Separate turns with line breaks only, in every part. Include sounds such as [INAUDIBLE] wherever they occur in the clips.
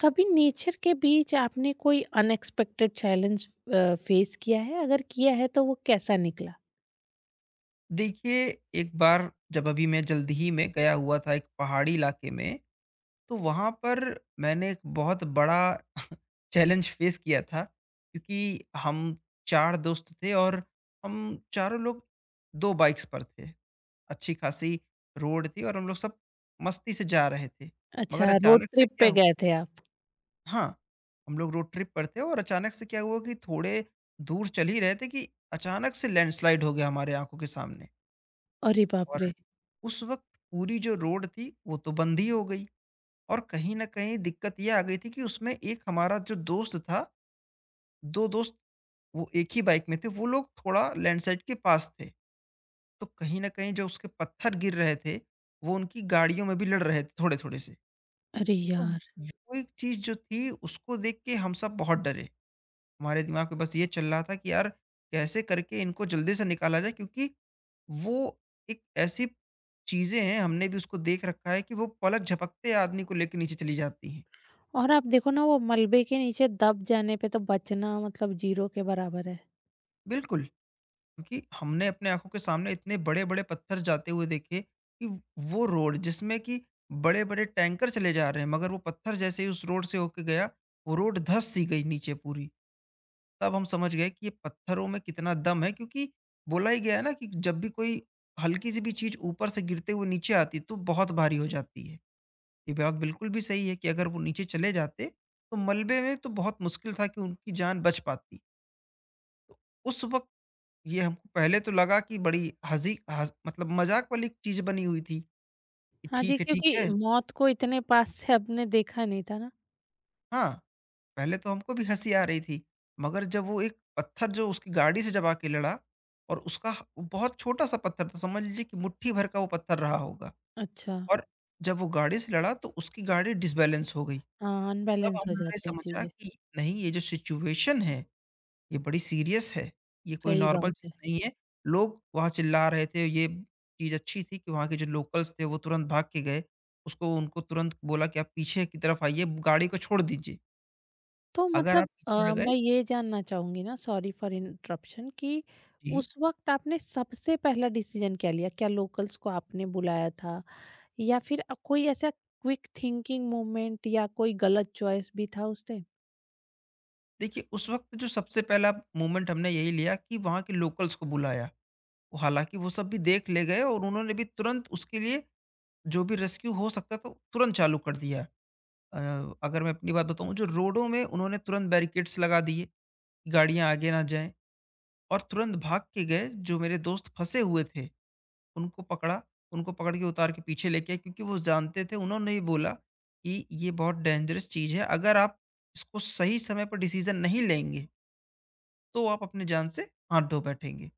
कभी नेचर के बीच आपने कोई अनएक्सपेक्टेड चैलेंज फेस किया है? अगर किया है तो वो कैसा निकला?
देखिए, एक बार जब अभी मैं जल्द ही में गया हुआ था एक पहाड़ी इलाके में, तो वहाँ पर मैंने एक बहुत बड़ा [LAUGHS] चैलेंज फेस किया था क्योंकि हम 4 दोस्त थे और हम चारों लोग 2 बाइक्स पर थे। अच्छी खासी रोड थी और हम लोग सब मस्ती से जा रहे थे। मगर
अच्छा रोड
अचानक से
ट्रिप
क्या
पे
हु
गए थे आप?
हाँ, हम लोग रोड ट्रिप पर थे और अचानक से क्या हुआ कि थोड़े दूर चल ही रहे थे कि अचानक से लैंडस्लाइड हो गया हमारे आँखों के सामने।
अरे बाप
और
रे!
उस वक़्त पूरी जो रोड थी, वो तो बंद ही हो गई और कहीं न कहीं दिक्कत ये आ गई थी कि उसमें एक हमारा जो दोस्त था, 2 दोस्त वो एक ही बाइक में थे, वो लोग थोड़ा लैंडस्लाइड के पास थे। तो कहीं न कहीं जो उसके पत्थर गिर रहे थे, वो उनकी गाड़ियों में भी लड़ रहे थे थोड़े-थोड़े से।
अरे
तो
यार!
वो एक चीज़ जो थी उसको देख के हम सब बहुत डरे। हमारे दिमाग में बस ये चल रहा था कि यार कैसे करके इनको जल्दी से निकाला जाए क्योंकि वो एक ऐसी चीज़ें हैं, हमने भी उसको देख रखा है कि वो पलक झपकते ही आदमी को लेके नीचे चली जाती हैं।
और आप देखो ना वो मलबे के नीचे दब जाने पे तो बचना मतलब ज़ीरो के बराबर है।
बिल्कुल, क्योंकि हमने अपने आँखों के सामने इतने बड़े-बड़े पत्थर जाते हुए देखे कि वो रोड जिसमें कि बड़े-बड़े टैंकर चले जा रहे हैं, मगर वो पत्थर जैसे ही उस रोड से होके गया, वो रोड धँस सी गई नीचे पूरी। तब हम समझ गए कि ये पत्थरों में कितना दम है, क्योंकि बोला ही गया है ना कि जब भी कोई हल्की सी भी चीज ऊपर से गिरते हुए नीचे आती तो बहुत भारी हो जाती है। ये बात बिल्कुल भी सही है कि अगर वो नीचे चले जाते तो मलबे में तो बहुत मुश्किल था कि उनकी जान बच पाती। तो उस वक्त ये हमको पहले तो लगा कि बड़ी हंसी मतलब मजाक वाली चीज बनी हुई थी कि
हाँ जी,
ठीक है, ठीक
क्योंकि
है।
मौत को इतने पास से आपने देखा नहीं था ना।
हाँ, पहले तो हमको भी हँसी आ रही थी, मगर जब वो एक पत्थर जो उसकी गाड़ी से जब आके लड़ा और उसका ह वो बहुत छोटा-सा पत्थर था, समझ लीजिए कि मुट्ठी भर का वो पत्थर रहा होगा।
अच्छा।
और जब वो गाड़ी से लड़ा तो उसकी गाड़ी डिसबैलेंस हो गई।
हाँ,
तब
अनबैलेंस हो
हमने
जाते हैं
समझा
चीज़ें।
कि नहीं, ये जो सिचुएशन है, ये बड़ी सीरियस है, ये कोई
सही बात
नॉर्मल
है।
चीज़ नहीं है। लोग वहाँ चिल्ला रहे थे, ये चीज़ अच्छी थी कि वहाँ के जो लोकल्स थे वो तुरंत भाग के गए। उसको उनको तुरंत बोला कि आप पीछे की तरफ आइए, गाड़ी को छोड़ दीजिए।
तो
अगर आप
मतलब
पीछे आ गए।
मैं ये जानना चाहूंगी ना, सॉरी फॉर इंटरप्शन कि
जी।
उस वक्त आपने सबसे पहला डिसीजन क्या लिया? क्या लोकल्स को आपने बुलाया था या फिर कोई ऐसा क्विक थिंकिंग मोमेंट या कोई गलत चॉइस भी था उस टाइम?
देखिए, उस वक़्त जो सबसे पहला मोमेंट हमने यही लिया कि वहाँ के लोकल्स को बुलाया। हालाँकि वो सब भी देख ले गए और उन्होंने भी तुरंत उसके लिए जो भी रेस्क्यू हो सकता था, तुरंत चालू कर दिया। अ, अगर मैं अपनी बात बताऊँ, जो रोडों में उन्होंने तुरंत बैरिकेड्स लगा दिए, कि गाड़ियाँ आगे ना जाएँ और तुरंत भाग के गए जो मेरे दोस्त फँसे हुए थे, उनको पकड़ा, उनको पकड़ के उतार के पीछे लेके आए क्योंकि वो जानते थे, उन्होंने ही बोला कि ये बहुत डेंजरस चीज़ है, अगर आप इसको सही समय पर डिसीज़न नहीं लेंगे, तो आप अपनी जान से हाथ धो बैठेंगे।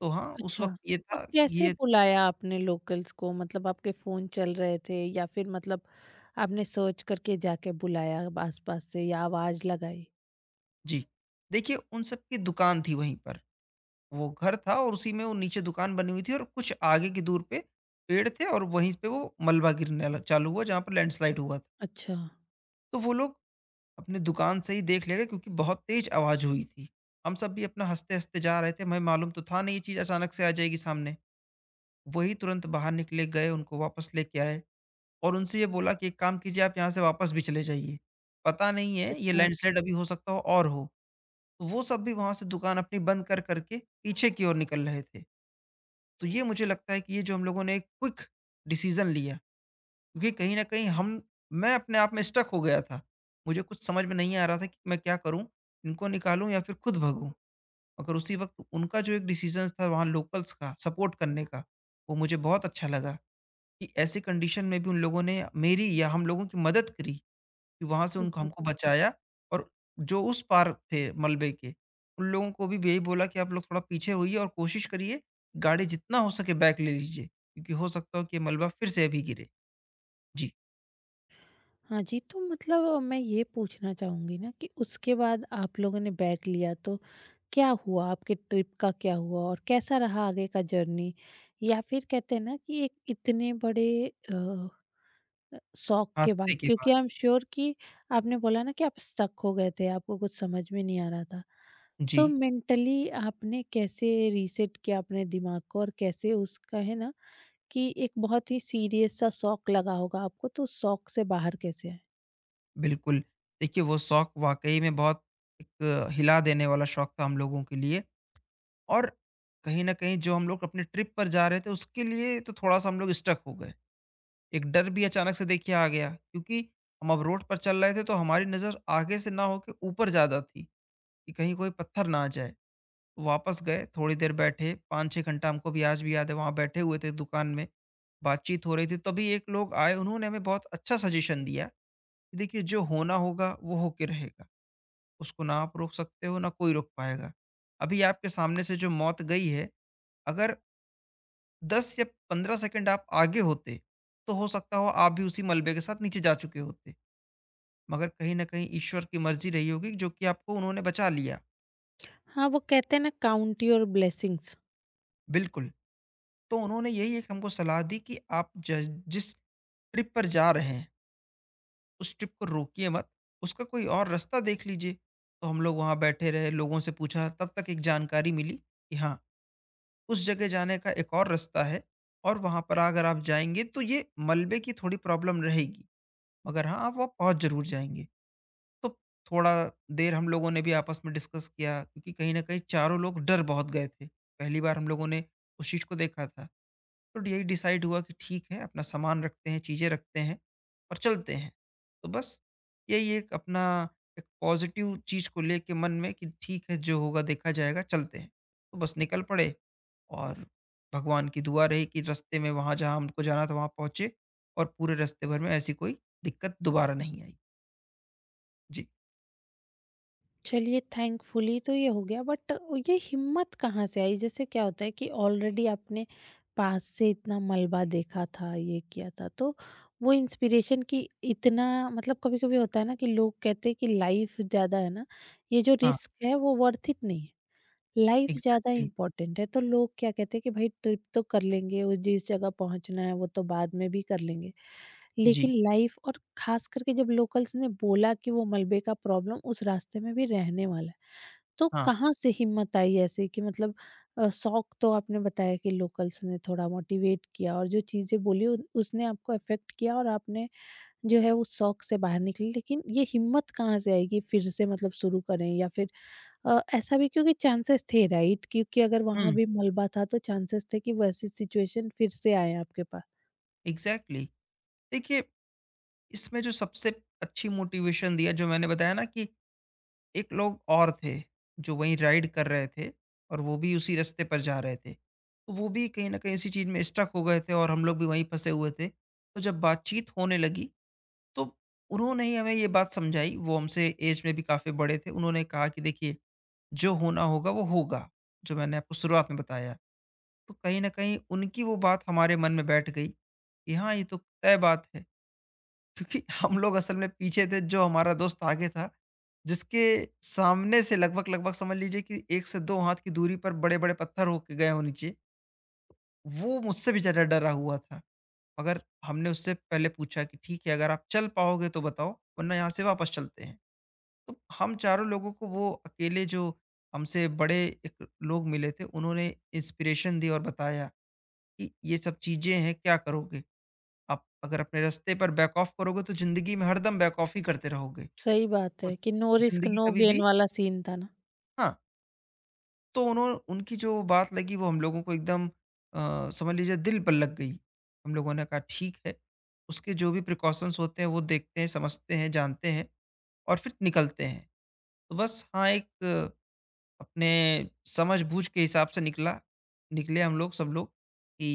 तो हाँ, उस
अच्छा।
वक़्त ये
तो
था।
कैसे
ये
बुलाया आपने लोकल्स को? मतलब आपके फोन चल रहे थे या फिर मतलब आपने सर्च करके जाके बुलाया आस पास से या आवाज लगाई?
जी। देखिए, उन सब की दुकान थी वहीं पर। वो घर था और उसी में वो नीचे दुकान बनी हुई थी, और कुछ आगे की दूर पे पेड़ थे और वहीं पे वो मलबा गिरने ल चालू हुआ जहाँ पर लैंडस्लाइड हुआ था।
अच्छा।
तो वो लोग अपनी दुकान से ही देख ले गए क्योंकि बहुत तेज़ आवाज़ हुई थी। हम सब भी अपना हँसते-हँसते जा रहे थे। हमें मालूम तो था नहीं ये चीज़ अचानक से आ जाएगी सामने। वही तुरंत बाहर निकले, गए, उनको वापस लेके आए। और उनसे ये बोला कि एक काम कीजिए, आप यहाँ से वापस भी चले जाइए। पता नहीं है ये लैंडस्लाइड अभी हो सकता हो, और हो। तो वो सब भी वहाँ से दुकान अपनी बंद कर कर के पीछे की ओर निकल रहे थे। तो ये मुझे लगता है कि ये जो हम लोगों ने एक क्विक डिसीज़न लिया, क्योंकि कहीं न कहीं हम मैं अपने आप में स्टक हो गया था। मुझे कुछ समझ में नहीं आ रहा था कि मैं क्या करूँ? इनको निकालूँ या फिर खुद भगूँ? मगर उसी वक़्त उनका जो एक डिसीज़न था वहाँ, लोकल्स का सपोर्ट करने का, वो मुझे बहुत अच्छा लगा कि ऐसी कंडीशन में भी उन लोगों ने मेरी या हम लोगों की मदद करी। कि वहाँ से उनको
अच्छा।
हमको बचाया। और जो उस पार थे मलबे के, उन लोगों को भी यही बोला कि आप लोग थोड़ा पीछे होइए और कोशिश करिए, गाड़ी जितना हो सके बैक ले लीजिए, क्योंकि हो सकता हो कि मलबा फिर से अभी गिरे। जी,
हाँ जी, तो मतलब मैं ये पूछना चाहूँगी ना कि उसके बाद आप लोगों ने बैग लिया तो क्या हुआ? आपके ट्रिप का क्या हुआ और कैसा रहा आगे का जर्नी? या फिर कहते हैं ना कि एक इतने बड़े शौक के बाद,
हादसे के बाद।
क्योंकि आई एम श्योर कि आपने बोला ना कि आप स्टक हो गए थे, आपको कुछ समझ में नहीं आ रहा था।
जी,
तो मेंटली आपने कैसे रीसेट किया अपने दिमाग को और कैसे उसका है ना कि एक बहुत ही सीरियस सा शौक लगा होगा आपको, तो उस शौक से बाहर कैसे आए?
बिल्कुल। देखिए, वो शौक वाक़ई में बहुत एक हिला देने वाला शौक था हम लोगों के लिए। और कहीं न कहीं जो हम लोग अपने ट्रिप पर जा रहे थे उसके लिए तो थोड़ा-सा हम लोग स्टक हो गए। एक डर भी अचानक से देखिए आ गया, क्योंकि हम अब रोड पर चल रहे थे तो हमारी नज़र आगे से ना होके ऊपर ज़्यादा थी कि कहीं कोई पत्थर ना आ जाए। तो वापस गए, थोड़ी देर बैठे, 5-6 घंटा हमको भी आज भी याद है वहाँ बैठे हुए थे दुकान में, बातचीत हो रही थी, तभी एक लोग आए, उन्होंने हमें बहुत अच्छा सजेशन दिया कि देखिए, जो होना होगा वो होके रहेगा। उसको ना आप रोक सकते हो, ना कोई रोक पाएगा। अभी आपके सामने से जो मौत गई है, अगर 10 या 15 सेकंड आप आगे होते, तो हो सकता हो आप भी उसी मलबे के साथ नीचे जा चुके होते। मगर कहीं न कहीं ईश्वर की मर्ज़ी रही होगी जो कि आपको उन्होंने बचा लिया।
हाँ, वो कहते हैं ना, काउंट योर ब्लेसिंग्स।
बिल्कुल, तो उन्होंने यही एक हमको सलाह दी कि आप ज जिस ट्रिप पर जा रहे हैं, उस ट्रिप को रोकिए मत, उसका कोई और रास्ता देख लीजिए। तो हम लोग वहाँ बैठे रहे, लोगों से पूछा, तब तक एक जानकारी मिली कि हाँ, उस जगह जाने का एक और रास्ता है और वहाँ पर अगर आप जाएँगे तो ये मलबे की थोड़ी प्रॉब्लम रहेगी, मगर हाँ, आप वहाँ पहुँच ज़रूर जाएँगे। तो थोड़ा देर हम लोगों ने भी आपस में डिस्कस किया, क्योंकि कहीं न कहीं चारों लोग डर बहुत गए थे। पहली बार हम लोगों ने उस चीज़ को देखा था। तो यही डिसाइड हुआ कि ठीक है, अपना सामान रखते हैं, चीज़ें रखते हैं और चलते हैं। तो बस यही एक अपना एक पॉज़िटिव चीज़ को लेके मन में कि ठीक है, जो होगा देखा जाएगा, चलते हैं। तो बस निकल पड़े और भगवान की दुआ रही कि रास्ते में वहाँ जहाँ हमको जाना था वहाँ पहुँचे और पूरे रास्ते भर में ऐसी कोई दिक्कत दोबारा नहीं आई। जी।
चलिए, थैंकफुली तो ये हो गया, बट ये हिम्मत कहाँ से आई? जैसे क्या होता है कि ऑलरेडी आपने पास से इतना मलबा देखा था, ये किया था, तो वो इंस्पिरेशन की इतना मतलब कभी-कभी होता है ना कि लोग कहते हैं कि लाइफ ज़्यादा है ना, ये जो
हाँ,
रिस्क है वो वर्थ इट नहीं है। लाइफ ज़्यादा
एग्ज़ैक्टली।
इम्पोर्टेंट है, तो लोग क्या कहते हैं कि भाई ट्रिप तो कर लेंगे, वो जिस जगह पहुँचना है वो तो बाद में भी कर लेंगे। लेकिन
जी,
लाइफ, और खास करके जब लोकल्स ने बोला कि वो मलबे का प्रॉब्लम उस रास्ते में भी रहने वाला है, तो
हाँ।
कहाँ से हिम्मत आई ऐसे कि मतलब शौक तो आपने बताया कि लोकल्स ने थोड़ा मोटिवेट किया और जो चीजें बोली उसने आपको अफेक्ट किया और आपने जो है उस शौक से बाहर निकली, लेकिन ये हिम्मत कहाँ से आएगी फिर से मतलब शुरू करें या फिर ऐसा भी, क्योंकि चांसेस थे राइट, क्योंकि अगर वहां
हुँ,
भी मलबा था तो चांसेस थे कि वैसी सिचुएशन फिर से आए आपके पास।
एग्ज़ैक्टली। देखिए, इसमें जो सबसे अच्छी मोटिवेशन दिया, जो मैंने बताया ना कि एक लोग और थे, जो वहीं राइड कर रहे थे और वो भी उसी रास्ते पर जा रहे थे। तो वो भी कहीं न कहीं इसी चीज़ में स्टक हो गए थे और हम लोग भी वहीं फँसे हुए थे। तो जब बातचीत होने लगी, तो उन्होंने ही हमें ये बात समझाई, वो हमसे ऐज में भी काफ़ी बड़े थे। उन्होंने कहा कि देखिए, जो होना होगा वो होगा, जो मैंने आपको शुरुआत में बताया। तो कहीं न कहीं उनकी वो बात हमारे मन में बैठ गई कि हाँ, ये तो तय बात है। क्योंकि [LAUGHS] हम लोग असल में पीछे थे, जो हमारा दोस्त आगे था, जिसके सामने से लगभग-लगभग समझ लीजिए कि 1 से 2 हाथ की दूरी पर बड़े-बड़े पत्थर होके गए हों नीचे। वो मुझसे भी ज़्यादा डरा हुआ था। मगर हमने उससे पहले पूछा कि, "ठीक है, अगर आप चल पाओगे तो बताओ, वरना यहाँ से वापस चलते हैं।" तो हम चारों लोगों को वो अकेले जो हमसे बड़े एक लोग मिले थे, उन्होंने इंस्पिरेशन दी और बताया। कि ये सब चीज़ें हैं, क्या करोगे? आप अगर अपने रास्ते पर बैक ऑफ करोगे तो ज़िंदगी में हरदम बैक ऑफ ही करते रहोगे।
सही बात
और
है कि नो रिस्क
ज़िंदगी
नो
कभी भी,
गेन वाला सीन था ना।
हाँ, तो उन्हों उनकी जो बात लगी वो हम लोगों को एकदम समझ लीजिए दिल पर लग गई। हम लोगों ने कहा ठीक है, उसके जो भी प्रिकॉशंस होते हैं वो देखते हैं, समझते हैं, जानते हैं और फिर निकलते हैं। तो बस हाँ, एक अपने समझ-बूझ के हिसाब से निकला निकले हम लोग, सब लोग, कि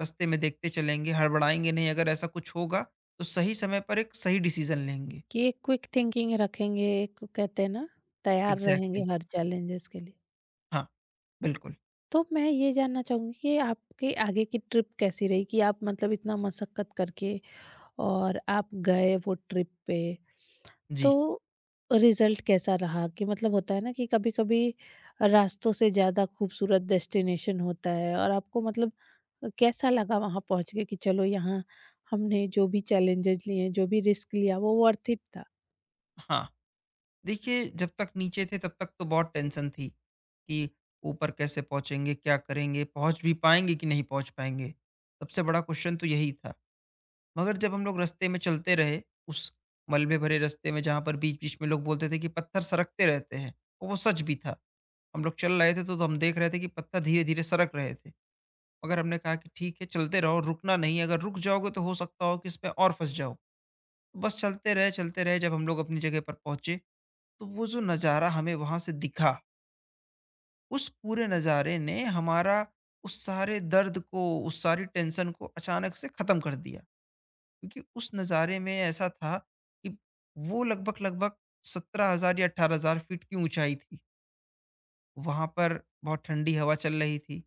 रास्ते में देखते चलेंगे, हड़बड़ाएँगे नहीं, अगर ऐसा कुछ होगा तो सही समय पर एक सही डिसीज़न लेंगे।
कि एक क्विक थिंकिंग रखेंगे, एक कहते हैं ना, तैयार रहेंगे
एग्ज़ैक्टली।
हर चैलेंजेस के लिए।
हाँ, बिल्कुल।
तो मैं ये जानना चाहूंगी कि आपके आगे की ट्रिप कैसी रही कि आप मतलब इतना मशक्कत करके और आप गए वो ट्रिप पे, तो
जी,
रिजल्ट कैसा रहा? कि मतलब होता है ना कि कभी-कभी रास्तों से ज़्यादा खूबसूरत डेस्टिनेशन होता है, और आपको मतलब कैसा लगा वहाँ पहुँच के कि चलो यहाँ हमने जो भी चैलेंजेस लिए, जो भी रिस्क लिया वो वर्थ इट था?
हाँ। देखिए, जब तक नीचे थे तब तक तो बहुत टेंशन थी कि ऊपर कैसे पहुँचेंगे, क्या करेंगे, पहुँच भी पाएँगे कि नहीं पहुँच पाएँगे? सबसे बड़ा क्वेश्चन तो यही था। मगर जब हम लोग रास्ते में चलते रहे, उस मलबे भरे रास्ते में जहाँ पर बीच-बीच में लोग बोलते थे कि पत्थर सरकते रहते हैं, और वो सच भी था। हम लोग चल रहे थे तो हम देख रहे थे कि पत्थर धीरे-धीरे सरक रहे थे। मगर हमने कहा कि ठीक है, चलते रहो, रुकना नहीं है, अगर रुक जाओगे तो हो सकता हो कि इस पे और फँस जाओ। बस चलते रहे, चलते रहे, जब हम लोग अपनी जगह पर पहुँचे, तो वो जो नज़ारा हमें वहाँ से दिखा, उस पूरे नज़ारे ने हमारा उस सारे दर्द को, उस सारी टेंशन को अचानक से ख़त्म कर दिया। क्योंकि उस नज़ारे में ऐसा था कि वो लगभग-लगभग 17,000 या 18,000 फीट की ऊँचाई थी। वहाँ पर बहुत ठंडी हवा चल रही थी।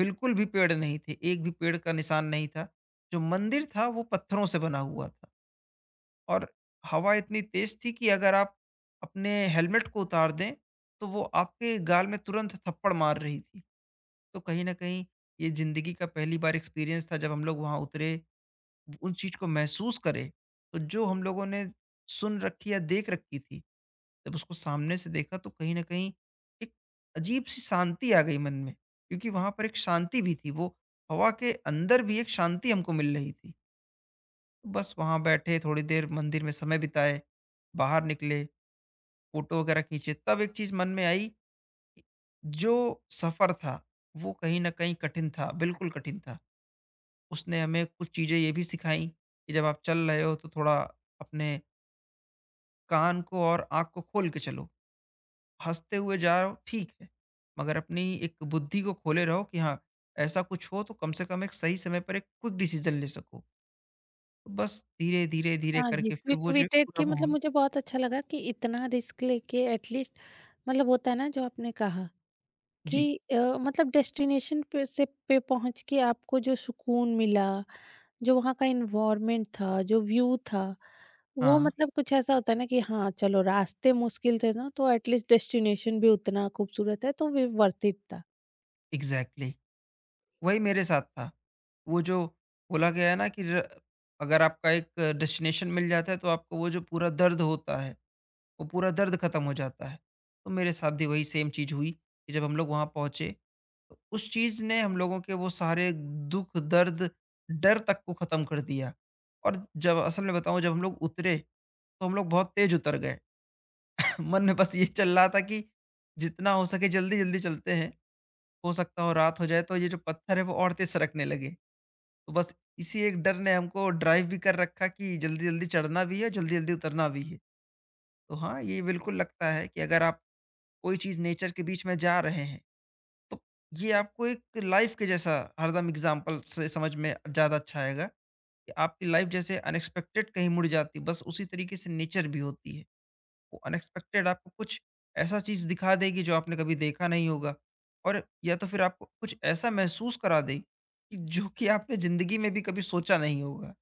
बिल्कुल भी पेड़ नहीं थे, एक भी पेड़ का निशान नहीं था। जो मंदिर था वो पत्थरों से बना हुआ था और हवा इतनी तेज़ थी कि अगर आप अपने हेलमेट को उतार दें, तो वो आपके गाल में तुरंत थप्पड़ मार रही थी। तो कहीं न कहीं ये ज़िंदगी का पहली बार एक्सपीरियंस था, जब हम लोग वहाँ उतरे, उन चीज़ को महसूस करे। तो जो हम लोगों ने सुन रखी या देख रखी थी, जब उसको सामने से देखा तो कहीं न कहीं एक अजीब-सी शांति आ गई मन में, क्योंकि वहाँ पर एक शांति भी थी, वो हवा के अंदर भी एक शांति हमको मिल रही थी। तो बस वहाँ बैठे, थोड़ी देर मंदिर में समय बिताए, बाहर निकले, फ़ोटो वगैरह खींचे, तब एक चीज़ मन में आई कि जो सफ़र था, वो कहीं न कहीं कठिन था, बिल्कुल कठिन था। उसने हमें कुछ चीज़ें ये भी सिखाई कि जब आप चल रहे हो तो थोड़ा अपने कान को और आँख को खोल के चलो। हँसते हुए जा रहे हो ठीक है, मगर अपनी एक बुद्धि को खोले रहो कि हाँ, ऐसा कुछ हो तो कम से कम एक सही समय पर एक क्विक डिसीज़न ले सको। तो बस धीरे-धीरे, धीरे धीरे
हाँ जी,
करके फिर
क्विक
वो जो है
विटेड, कि
पूरा
मतलब
माहौल।
मुझे बहुत अच्छा लगा कि इतना रिस्क लेके एटलीस्ट मतलब होता है ना, जो आपने कहा कि
जी,
मतलब डेस्टिनेशन पे से पे पहुँच के आपको जो सुकून मिला, जो वहाँ का एनवायरनमेंट था, जो व्यू था, वो
हाँ,
मतलब कुछ ऐसा होता है ना कि हाँ, चलो रास्ते मुश्किल थे ना, तो एटलीस्ट डेस्टिनेशन भी उतना खूबसूरत है तो वे वर्थ इट था।
एग्ज़ैक्टली वही मेरे साथ था। वो जो बोला गया है ना कि र अगर आपका एक डेस्टिनेशन मिल जाता है तो आपको वो जो पूरा दर्द होता है, वो पूरा दर्द खत्म हो जाता है। तो मेरे साथ भी वही सेम चीज़ हुई कि जब हम लोग वहाँ पहुँचे, उस चीज़ ने हम लोगों के वो सारे दुःख, दर्द, डर तक को ख़त्म कर दिया। और जब असल में बताऊँ, जब हम लोग उतरे, तो हम लोग बहुत तेज़ उतर गए। [LAUGHS] मन में बस ये चल रहा था कि जितना हो सके जल्दी-जल्दी चलते हैं, हो सकता हो रात हो जाए तो ये जो पत्थर है वो और तेज़ सरकने लगे। तो बस इसी एक डर ने हमको ड्राइव भी कर रखा कि जल्दी-जल्दी चढ़ना भी है, जल्दी-जल्दी उतरना भी है। तो हाँ, ये बिल्कुल लगता है कि अगर आप कोई चीज़ नेचर के बीच में जा रहे हैं तो ये आपको एक लाइफ के जैसा हरदम एग्जाम्पल से समझ में ज़्यादा अच्छा आएगा कि आपकी लाइफ जैसे अनएक्सपेक्टेड कहीं मुड़ जाती, बस उसी तरीके से नेचर भी होती है। वो अनएक्सपेक्टेड आपको कुछ ऐसा चीज़ दिखा देगी जो आपने कभी देखा नहीं होगा, और या तो फिर आपको कुछ ऐसा महसूस करा देगी कि जो कि आपने ज़िंदगी में भी कभी सोचा नहीं होगा।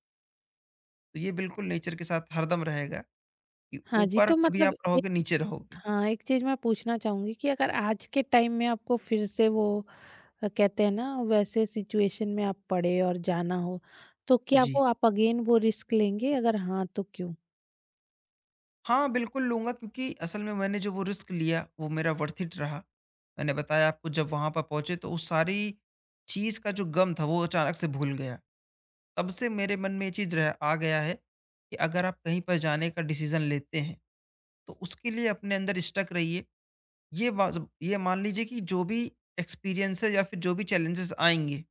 तो ये बिल्कुल नेचर के साथ हरदम रहेगा कि
हाँ जी,
ऊपर
तो
कभी
मतलब
आप
एक,
रहोगे, नीचे रहोगे।
हाँ, एक चीज़ मैं पूछना चाहूँगी कि अगर आज के टाइम में आपको फिर से वो कहते हैं ना वैसे सिचुएशन में आप पड़े और जाना हो, तो क्या
जी।
वो आप अगेन वो रिस्क लेंगे? अगर हाँ, तो क्यों?
हाँ, बिल्कुल लूँगा, क्योंकि असल में मैंने जो वो रिस्क लिया, वो मेरा वर्थ इट रहा। मैंने बताया आपको, जब वहाँ पर पहुँचे तो उस सारी चीज़ का जो गम था वो अचानक से भूल गया। तब से मेरे मन में ये चीज़ रह आ गया है कि अगर आप कहीं पर जाने का डिसीज़न लेते हैं, तो उसके लिए अपने अंदर स्टक रहिए। ये मान लीजिए कि जो भी एक्सपीरियंसेज़ या फिर जो भी चैलेंजेज़ आएँगे,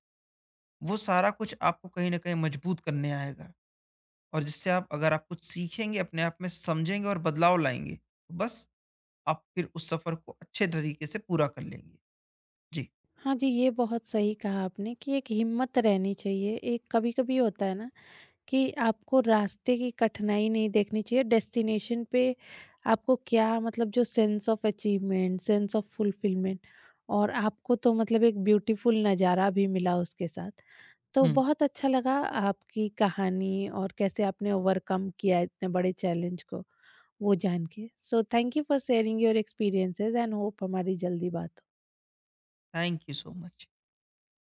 वो सारा कुछ आपको कहीं न कहीं मजबूत करने आएगा। और जिससे, आप अगर आप कुछ सीखेंगे, अपने आप में समझेंगे और बदलाव लाएँगे, तो बस आप फिर उस सफ़र को अच्छे तरीके से पूरा कर लेंगे। जी,
हाँ जी, ये बहुत सही कहा आपने कि एक हिम्मत रहनी चाहिए। एक कभी-कभी होता है ना कि आपको रास्ते की कठिनाई नहीं देखनी चाहिए, डेस्टिनेशन पे आपको क्या मतलब जो sense of achievement, sense of fulfilment, और आपको तो मतलब एक ब्यूटीफुल नज़ारा भी मिला उसके साथ। तो
हुँ।
बहुत अच्छा लगा आपकी कहानी और कैसे आपने ओवरकम किया इतने बड़े चैलेंज को, वो जान के। So thank you for sharing your experiences and hope हमारी जल्दी बात हो।
Thank you so much.